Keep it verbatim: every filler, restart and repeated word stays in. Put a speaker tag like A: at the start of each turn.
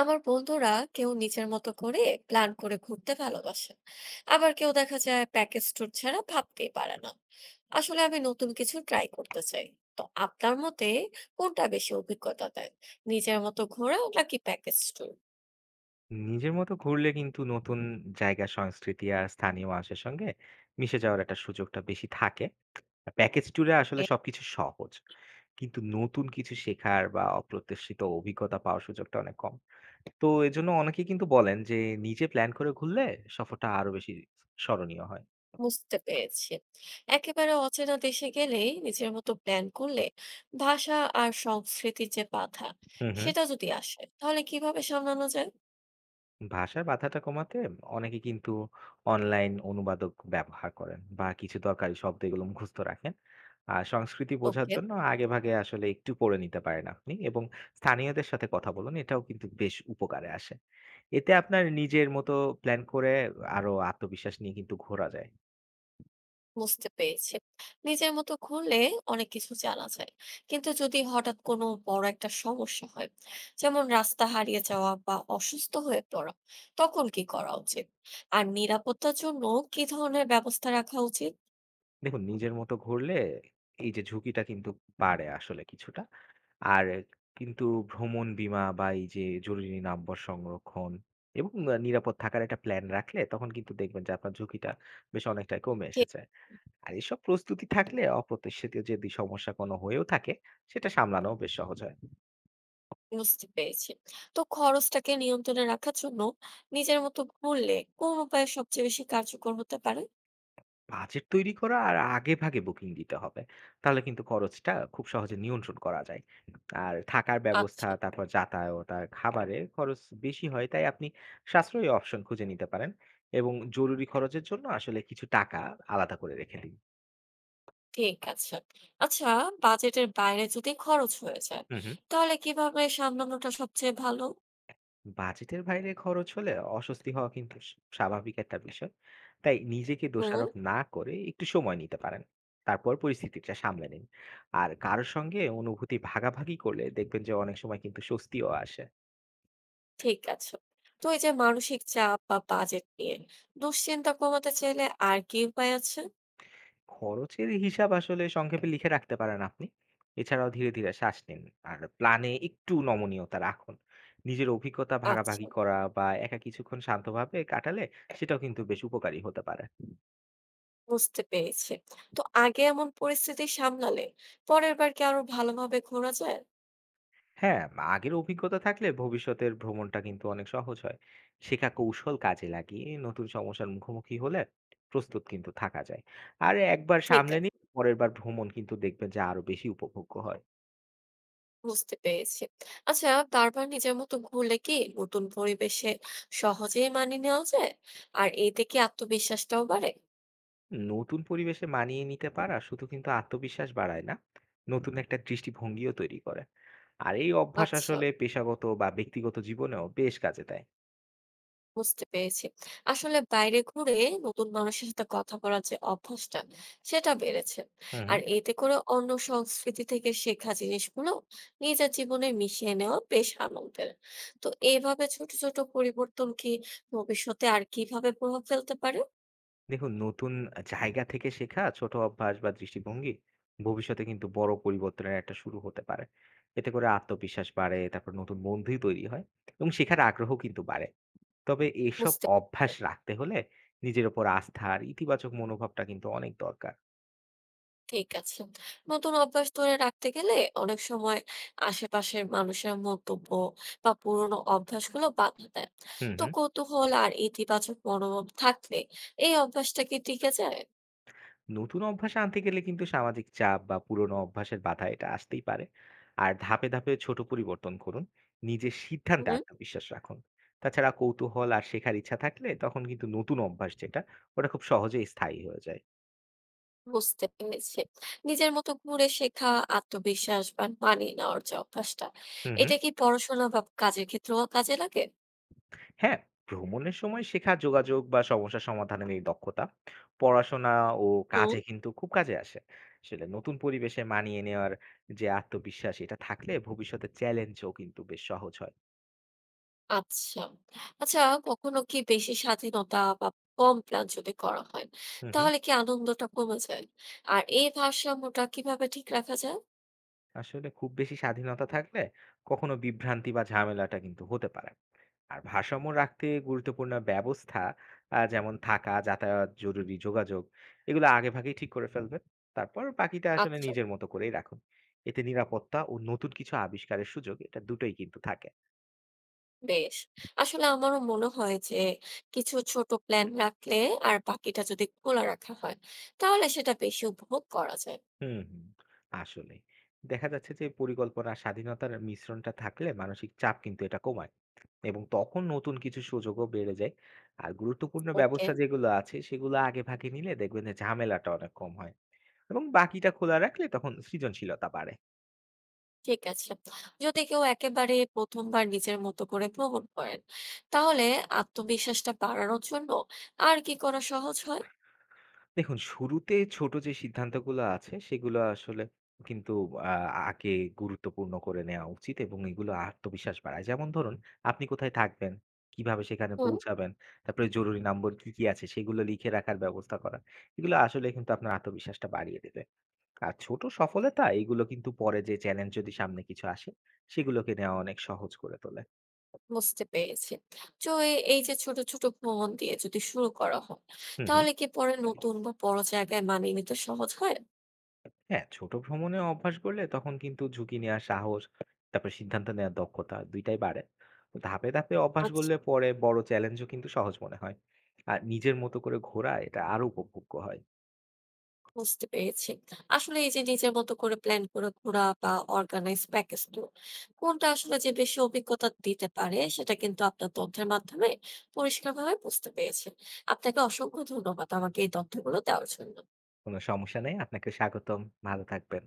A: আমার বন্ধুরা কেউ নিজের মতো করে প্ল্যান করে ঘুরতে ভালোবাসেন, আবার কেউ দেখা যায় প্যাকেজ ট্যুর ছাড়া ভাবতেই পারে না। আসলে আমি নতুন কিছু ট্রাই করতে চাই। তো আপনার মতে কোনটা বেশি অভিজ্ঞতা দেয়, নিজের মতো ঘোরা নাকি প্যাকেজ ট্যুর?
B: নিজের মতো ঘুরলে কিন্তু নতুন জায়গা, সংস্কৃতি আর স্থানীয় মানুষের সঙ্গে মিশে যাওয়ার একটা সুযোগটা বেশি থাকে। প্যাকেজ ট্যুরে আসলে
A: ওকে,
B: সবকিছু সহজ। কিন্তু নতুন কিছু শেখার বা অপ্রত্যাশিত অভিজ্ঞতা পাওয়ার সুযোগটা অনেক কম। তো এজন্য অনেকেই কিন্তু বলেন যে নিজে প্ল্যান করে ঘুরলে সফরটা আরো বেশি স্মরণীয় হয়।
A: বুঝতে পেরেছি। একেবারে অচেনা দেশে গেলেই নিজের মতো প্ল্যান করলে ভাষা আর সংস্কৃতির যে বাধা
B: হুম, হুম।
A: সেটা যদি আসে, তাহলে কিভাবে সামলানো যায়?
B: ভাষার বাধাটা কমাতে অনেকে কিন্তু অনলাইন অনুবাদক ব্যবহার করেন বা কিছু দরকারি শব্দ এগুলো মুখস্থ রাখেন। আর সংস্কৃতি বোঝার
A: ওকে,
B: জন্য আগে ভাগে আসলে একটু পড়ে নিতে পারেন আপনি, এবং স্থানীয়দের সাথে কথা বলুন, এটাও কিন্তু বেশ উপকারে আসে। এতে আপনার নিজের মতো প্ল্যান করে আরো আত্মবিশ্বাস নিয়ে কিন্তু ঘোরা যায়।
A: বুঝতে পেরেছি। নিজের মতো করলে অনেক কিছু জানা যায়। কিন্তু যদি হঠাৎ কোনো বড় একটা সমস্যা হয়, যেমন রাস্তা হারিয়ে যাওয়া বা অসুস্থ হয়ে পড়া, তখন কি করা উচিত? আর নিরাপত্তার জন্য কি ধরনের ব্যবস্থা রাখা উচিত?
B: দেখুন, নিজের মতো ঘুরলে এই যে ঝুঁকিটা কিন্তু বাড়ে আসলে কিছুটা, আর কিন্তু ভ্রমণ বীমা বা এই যে জরুরি নম্বর সংরক্ষণ, এবং আহ, নিরাপদ থাকার একটা প্ল্যান রাখলে তখন কিন্তু দেখবেন যে আপনার ঝুঁকিটা বেশ অনেকটাই কমে
A: জি,
B: এসেছে। আর এসব প্রস্তুতি থাকলে অপ্রত্যাশিত যদি সমস্যা কোনো হয়েও থাকে, সেটা সামলানো বেশ সহজ হয়।
A: বুঝতে পেরেছি। তো খরচটাকে নিয়ন্ত্রণে রাখার জন্য নিজের মতো করলে কোন উপায় সবচেয়ে বেশি কার্যকর হতে পারে?
B: বাজেট তৈরি করা আর আগে ভাগে বুকিং দিতে হবে, তাহলে কিন্তু খরচটা খুব সহজে নিয়ন্ত্রণ করা যায়। আর থাকার ব্যবস্থা,
A: আচ্ছা,
B: তারপর যাতায়াত আর খাবারে খরচ বেশি হয়, তাই আপনি সাশ্রয়ী অপশন খুঁজে নিতে পারেন, এবং জরুরি খরচের জন্য আসলে কিছু টাকা আলাদা করে রেখে দিন।
A: ঠিক আছে। আচ্ছা, বাজেটের বাইরে যদি খরচ হয়ে যায়,
B: হুম হুম।
A: তাহলে কিভাবে সামলানোটা সবচেয়ে ভালো?
B: বাজেটের বাইরে খরচ হলে অস্বস্তি হওয়া কিন্তু স- স্বাভাবিক একটা বিষয়। তাই নিজেকে
A: হুম,
B: দোষারোপ না করে একটু সময় নিতে পারেন, তারপর পরিস্থিতিটা সামলে নিন। আর কারোর সঙ্গে অনুভূতি ভাগাভাগি করলে দেখবেন যে অনেক সময় কিন্তু স্বস্তিও আসে।
A: ঠিক আছে। তো এই যে মানসিক চাপ বা বাজেট নিয়ে দুশ্চিন্তা কমাতে চাইলে আর কি উপায় আছে?
B: খরচের হিসাব আসলে সংক্ষেপে লিখে রাখতে পারেন আপনি। এছাড়াও ধীরে ধীরে শ্বাস নিন, আর প্ল্যানে একটু নমনীয়তা রাখুন। নিজের অভিজ্ঞতা
A: আচ্ছা,
B: ভাগাভাগি করা বা একা কিছুক্ষণ শান্তভাবে কাটালে সেটাও কিন্তু বেশ উপকারী হতে পারে।
A: বুঝতে পেরেছি। তো আগে এমন পরিস্থিতি সামলালে পরের বার কি আরো ভালোভাবে ঘোরা যায়?
B: হ্যাঁ, আগের অভিজ্ঞতা থাকলে ভবিষ্যতের ভ্রমণটা কিন্তু অনেক সহজ হয়। শেখা কৌশল কাজে লাগিয়ে নতুন সমস্যার মুখোমুখি হলে প্রস্তুত কিন্তু থাকা যায়। আর একবার
A: ঠিক
B: সামলে
A: আছে,
B: নিয়ে পরের বার ভ্রমণ কিন্তু দেখবেন যে আরো বেশি উপভোগ্য হয়।
A: বুঝতে পেরেছি। আচ্ছা, বারবার নিজের মতো ঘুরলে কি নতুন পরিবেশে সহজেই মানিয়ে নেওয়া যায়? আর এতে কি আত্মবিশ্বাসটাও বাড়ে?
B: নতুন পরিবেশে মানিয়ে নিতে পারা শুধু কিন্তু আত্মবিশ্বাস বাড়ায় না, নতুন একটা দৃষ্টিভঙ্গিও তৈরি করে। আর এই অভ্যাস
A: আচ্ছা।
B: আসলে পেশাগত বা ব্যক্তিগত জীবনেও বেশ কাজে দেয়।
A: বুঝতে পেরেছি। আসলে বাইরে ঘুরে নতুন মানুষের সাথে কথা বলার যে অভ্যাসটা, সেটা বেড়েছে।
B: হুম
A: আর
B: হুম।
A: এতে করে অন্য সংস্কৃতি থেকে শেখা জিনিসগুলো নিজের জীবনে মিশিয়ে নেওয়া বেশ আনন্দের। তো এভাবে ছোট, ছোট পরিবর্তন কি ভবিষ্যতে আর কিভাবে প্রভাব ফেলতে পারে?
B: দেখুন, নতুন আ জায়গা থেকে শেখা ছোট অভ্যাস বা দৃষ্টিভঙ্গি ভবিষ্যতে কিন্তু বড় পরিবর্তনের একটা শুরু হতে পারে। এতে করে আত্মবিশ্বাস বাড়ে, তারপর নতুন বন্ধুই তৈরি হয়, এবং শেখার আগ্রহ কিন্তু বাড়ে। তবে এসব
A: বুঝতে
B: অভ্যাস রাখতে হলে নিজের উপর আস্থা আর ইতিবাচক মনোভাবটা কিন্তু অনেক দরকার।
A: ঠিক আছে। নতুন অভ্যাস ধরে রাখতে গেলে অনেক সময় আশেপাশের মানুষের মন্তব্য বা পুরোনো অভ্যাসগুলো বাধা দেয়।
B: হু,
A: তো
B: হু।
A: কৌতূহল আর ইতিবাচক মনোভাব থাকলে এই অভ্যাসটা কি টিকে যায়?
B: নতুন অভ্যাস আনতে গেলে কিন্তু সামাজিক চাপ বা পুরনো অভ্যাসের বাধা এটা আসতেই পারে। আর ধাপে ধাপে ছোট পরিবর্তন করুন, নিজের সিদ্ধান্তে
A: হুম,
B: আত্মবিশ্বাস রাখুন। তাছাড়া কৌতূহল আর শেখার ইচ্ছা থাকলে তখন কিন্তু নতুন অভ্যাস যেটা, ওটা খুব সহজেই স্থায়ী হয়ে যায়।
A: বুঝতে পেরেছি। নিজের মতো করে শেখা, আত্মবিশ্বাস বা মানিয়ে নেওয়ার যে অভ্যাসটা,
B: হুম হুম।
A: এটা কি পড়াশোনা বা কাজের ক্ষেত্রেও কাজে লাগে?
B: হ্যাঁ, ভ্রমণের সময় শেখা যোগাযোগ বা সমস্যা সমাধানের এই দক্ষতা পড়াশোনা ও
A: হুম।
B: কাজে কিন্তু খুব কাজে আসে। আসলে নতুন পরিবেশে মানিয়ে নেওয়ার যে আত্মবিশ্বাস এটা থাকলে ভবিষ্যতে চ্যালেঞ্জও কিন্তু বেশ সহজ হয়।
A: আচ্ছা। আচ্ছা, কখনো কি বেশি স্বাধীনতা বা কম প্ল্যান যদি করা হয়,
B: হুম হুম।
A: তাহলে কি আনন্দটা কমে যায়? আর এই ভারসাম্যটা কিভাবে ঠিক রাখা যায়?
B: আসলে খুব বেশি স্বাধীনতা থাকলে কখনো বিভ্রান্তি বা ঝামেলাটা কিন্তু হতে পারে। আর ভারসাম্য রাখতে গুরুত্বপূর্ণ ব্যবস্থা, আহ, যেমন থাকা, যাতায়াত, জরুরি যোগাযোগ, এগুলো আগে ভাগেই ঠিক করে ফেলবেন, তারপর বাকিটা আসলে
A: আচ্ছা,
B: নিজের মতো করেই রাখুন। এতে নিরাপত্তা ও নতুন কিছু আবিষ্কারের সুযোগ, এটা দুটোই কিন্তু থাকে।
A: বেশ। আসলে আমারও মনে হয় যে কিছু ছোট প্ল্যান রাখলে আর বাকিটা যদি খোলা রাখা হয়, তাহলে সেটা বেশি উপভোগ করা যায়।
B: হুম, হুম। আসলেই। দেখা যাচ্ছে যে পরিকল্পনা আর স্বাধীনতার মিশ্রণটা থাকলে মানসিক চাপ কিন্তু এটা কমায়। এবং তখন নতুন কিছু সুযোগও বেড়ে যায়। আর গুরুত্বপূর্ণ
A: ওকে,
B: ব্যবস্থা যেগুলো আছে সেগুলো আগেভাগে নিলে দেখবেন যে ঝামেলাটা অনেক কম হয়। এবং বাকিটা খোলা রাখলে তখন সৃজনশীলতা বাড়ে।
A: ঠিক আছে। যদি কেউ একেবারে প্রথম বার নিজের মতো করে ভ্রমণ করেন, তাহলে আত্মবিশ্বাসটা বাড়ানোর জন্য আর কি করা সহজ হয়?
B: দেখুন, শুরুতে ছোট যে সিদ্ধান্তগুলো আছে সেগুলো আসলে কিন্তু আ আগে গুরুত্বপূর্ণ করে নেওয়া উচিত, এবং এগুলো আত্মবিশ্বাস বাড়ায়। যেমন ধরুন, আপনি কোথায় থাকবেন, কিভাবে সেখানে
A: হুম।
B: পৌঁছাবেন, তারপরে জরুরি নম্বর কি, কি আছে সেগুলো লিখে রাখার ব্যবস্থা করা। এগুলো আসলে কিন্তু আপনার আত্মবিশ্বাসটা বাড়িয়ে দেবে। আর ছোট সফলতা এগুলো কিন্তু পরে যে চ্যালেঞ্জ যদি সামনে কিছু আসে, সেগুলোকে নেওয়া অনেক সহজ করে তোলে।
A: বুঝতে পেরেছি। তো এ এই যে ছোট, ছোট ভ্রমণ দিয়ে যদি শুরু করা হয়,
B: হুম, হুম।
A: তাহলে কি পরে নতুন বা বড় জায়গায় মানিয়ে নিতে সহজ হয়?
B: হ্যাঁ, ছোট ভ্রমণে অভ্যাস করলে তখন কিন্তু ঝুঁকি নেওয়ার সাহস, তারপর সিদ্ধান্ত নেওয়ার দক্ষতা দুই টাই বাড়ে। তো ধাপে, ধাপে অভ্যাস
A: আচ্ছা।
B: করলে পরে বড় চ্যালেঞ্জও কিন্তু সহজ মনে হয়। আর নিজের মতো করে ঘোরা এটা আরো উপভোগ্য হয়।
A: বুঝতে পেরেছি। আসলে এই যে নিজের মতো করে প্ল্যান করে ঘোরা বা অর্গানাইজ প্যাকেজ ট্যুর, কোনটা আসলে যে বেশি অভিজ্ঞতা দিতে পারে সেটা কিন্তু আপনার তথ্যের মাধ্যমে পরিষ্কারভাবে বুঝতে পেরেছি। আপনাকে অসংখ্য ধন্যবাদ আমাকে এই তথ্যগুলো দেওয়ার জন্য।
B: কোনো সমস্যা নেই। আপনাকে স্বাগতম। ভালো থাকবেন।